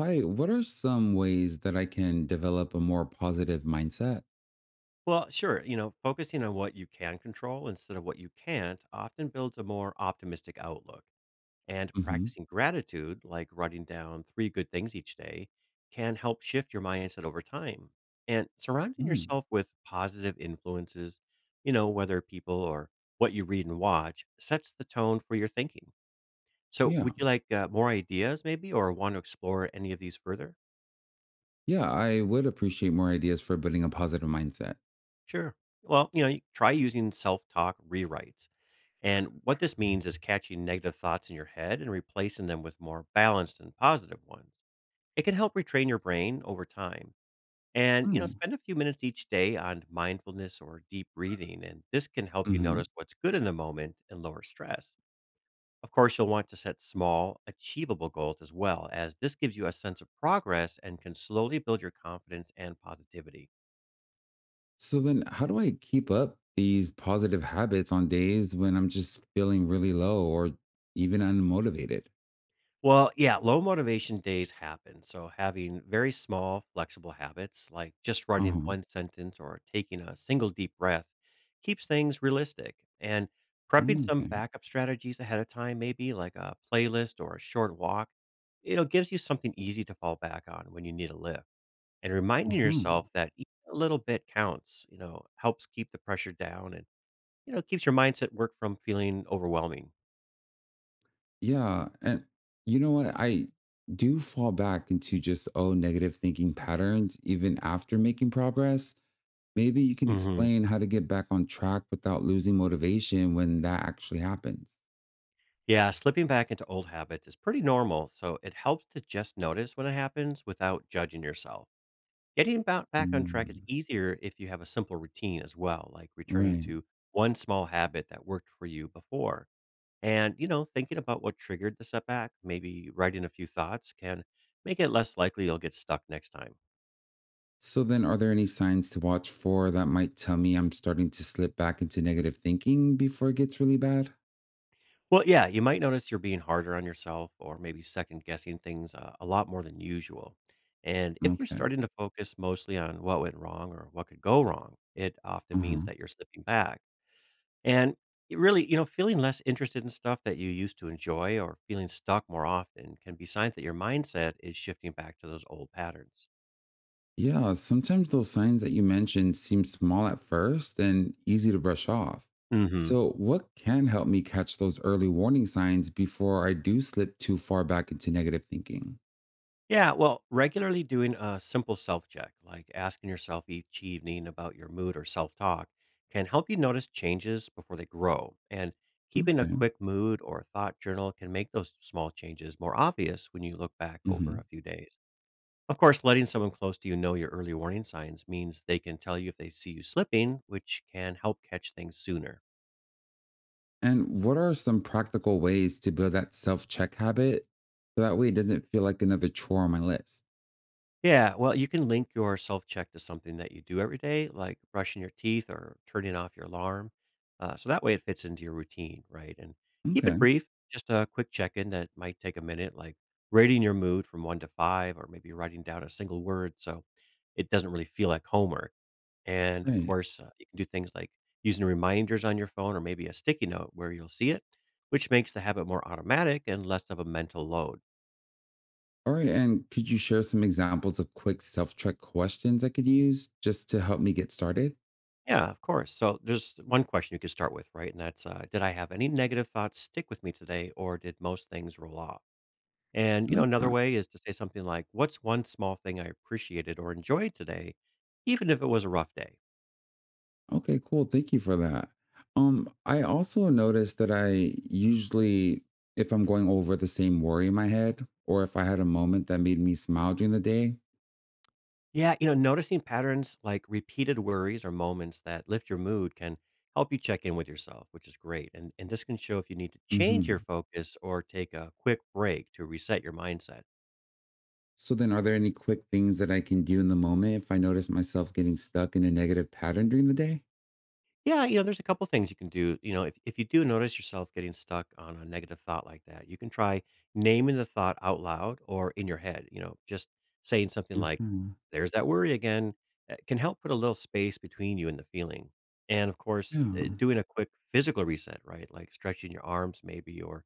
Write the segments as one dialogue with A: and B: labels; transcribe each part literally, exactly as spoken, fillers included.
A: Hi, what are some ways that I can develop a more positive mindset?
B: Well, sure. You know, focusing on what you can control instead of what you can't often builds a more optimistic outlook. And
A: Hmm.
B: practicing gratitude, like writing down three good things each day, can help shift your mindset over time. And surrounding
A: Mm.
B: yourself with positive influences, you know, whether people or what you read and watch, sets the tone for your thinking. So,
A: Yeah.
B: would you like uh, more ideas, maybe, or want to explore any of these further?
A: Yeah, I would appreciate more ideas for building a positive mindset.
B: Sure. Well, you know, you try using self talk rewrites. And what this means is catching negative thoughts in your head and replacing them with more balanced and positive ones. It can help retrain your brain over time.
A: Oh.
B: And, you know,
A: Hmm.
B: spend a few minutes each day on mindfulness or deep breathing. And this can help you
A: Mm-hmm.
B: notice what's good in the moment and lower stress. Of course, you'll want to set small, achievable goals as well, as this gives you a sense of progress and can slowly build your confidence and positivity.
A: So then how do I keep up these positive habits on days when I'm just feeling really low or even unmotivated?
B: Well, yeah, low motivation days happen. So, having very small, flexible habits like just writing
A: Uh-huh.
B: one sentence or taking a single deep breath keeps things realistic. And prepping
A: Mm,
B: some
A: okay.
B: backup strategies ahead of time, maybe like a playlist or a short walk, you know, gives you something easy to fall back on when you need a lift. And reminding
A: Uh-huh.
B: yourself that each little bit counts, you know, helps keep the pressure down and, you know, keeps your mindset work from feeling overwhelming.
A: Yeah. And you know what? I do fall back into just oh negative thinking patterns even after making progress. Maybe you can
B: hmm
A: explain how to get back on track without losing motivation when that actually happens.
B: Yeah, slipping back into old habits is pretty normal, so it helps to just notice when it happens without judging yourself. Getting ba- back on track is
A: Mm,
B: easier if you have a simple routine as well, like returning
A: right.
B: to one small habit that worked for you before. And, you know, thinking about what triggered the setback, maybe writing a few thoughts can make it less likely you'll get stuck next time.
A: So then, are there any signs to watch for that might tell me I'm starting to slip back into negative thinking before it gets really bad?
B: Well, yeah, you might notice you're being harder on yourself or maybe second guessing things uh, a lot more than usual. And if you're
A: Okay.
B: starting to focus mostly on what went wrong or what could go wrong, it
A: Uh
B: often
A: huh.
B: means that you're slipping back. And it really, you know, feeling less interested in stuff that you used to enjoy or feeling stuck more often can be signs that your mindset is shifting back to those old patterns.
A: Yeah. Sometimes those signs that you mentioned seem small at first and easy to brush off.
B: Mhm.
A: So, what can help me catch those early warning signs before I do slip too far back into negative thinking?
B: Yeah, well, regularly doing a simple self check, like asking yourself each evening about your mood or self talk, can help you notice changes before they grow. And keeping a
A: Okay.
B: quick mood or thought journal can make those small changes more obvious when you look back over
A: Hmm.
B: a few days. Of course, letting someone close to you know your early warning signs means they can tell you if they see you slipping, which can help catch things sooner.
A: And what are some practical ways to build that self check habit so that way it doesn't feel like another chore on my list?
B: Yeah, well, you can link your self check to something that you do every day, like brushing your teeth or turning off your alarm. Uh, so that way it fits into your routine, right? And keep it
A: Okay,
B: brief, just a quick check in that might take a minute, like rating your mood from one to five, or maybe writing down a single word so it doesn't really feel like homework. And of
A: great.
B: course, uh, you can do things like using reminders on your phone or maybe a sticky note where you'll see it, which makes the habit more automatic and less of a mental load.
A: All right. And could you share some examples of quick self check questions I could use just to help me get started?
B: Yeah, of course. So there's one question you could start with, right? And that's, uh, did I have any negative thoughts stick with me today, or did most things roll off? And
A: I
B: you know,
A: like
B: another
A: that.
B: way is to say something like, "What's one small thing I appreciated or enjoyed today, even if it was a rough day?"
A: Okay, cool. Thank you for that. Um, I also noticed that I usually, if I'm going over the same worry in my head, or if I had a moment that made me smile during the day.
B: Yeah, you know, noticing patterns like repeated worries or moments that lift your mood can help you check in with yourself, which is great. And and this can show if you need to change your
A: Mhm.
B: focus or take a quick break to reset your mindset.
A: So then, are there any quick things that I can do in the moment if I notice myself getting stuck in a negative pattern during the day?
B: Yeah, you know, there's a couple things you can do. You know, if, if you do notice yourself getting stuck on a negative thought like that, you can try naming the thought out loud or in your head. You know, just saying something like,
A: uh
B: there's that worry again, uh, can help put a little space between you and the feeling. And of course,
A: Yeah,
B: uh, doing a quick physical reset, right? Like stretching your arms, maybe, or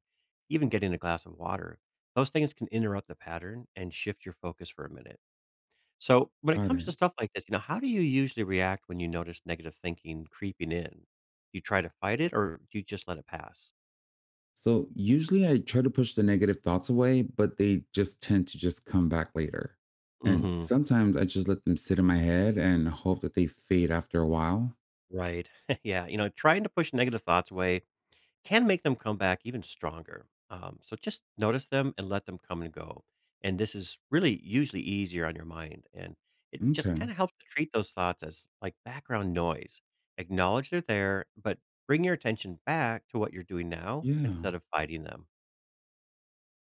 B: even getting a glass of water. Those things can interrupt the pattern and shift your focus for a minute. So, when it
A: got
B: comes
A: it.
B: to stuff like this, you know, how do you usually react when you notice negative thinking creeping in? Do you try to fight it or do you just let it pass?
A: So usually I try to push the negative thoughts away, but they just tend to just come back later. And
B: hmm
A: sometimes I just let them sit in my head and hope that they fade after a while.
B: Right. Yeah. You know, trying to push negative thoughts away can make them come back even stronger. Um, so just notice them and let them come and go. And this is really usually easier on your mind. And it just kind
A: Okay.
B: of helps to treat those thoughts as like background noise. Acknowledge they're there, but bring your attention back to what you're doing now
A: Yeah.
B: instead of fighting them.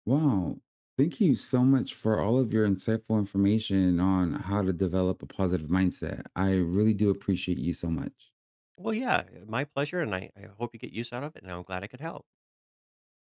A: Wow. Thank you so much for all of your insightful information on how to develop a positive mindset. I really do appreciate you so much.
B: Well, yeah, my pleasure, and I I hope you get use out of it, and I'm glad I could help.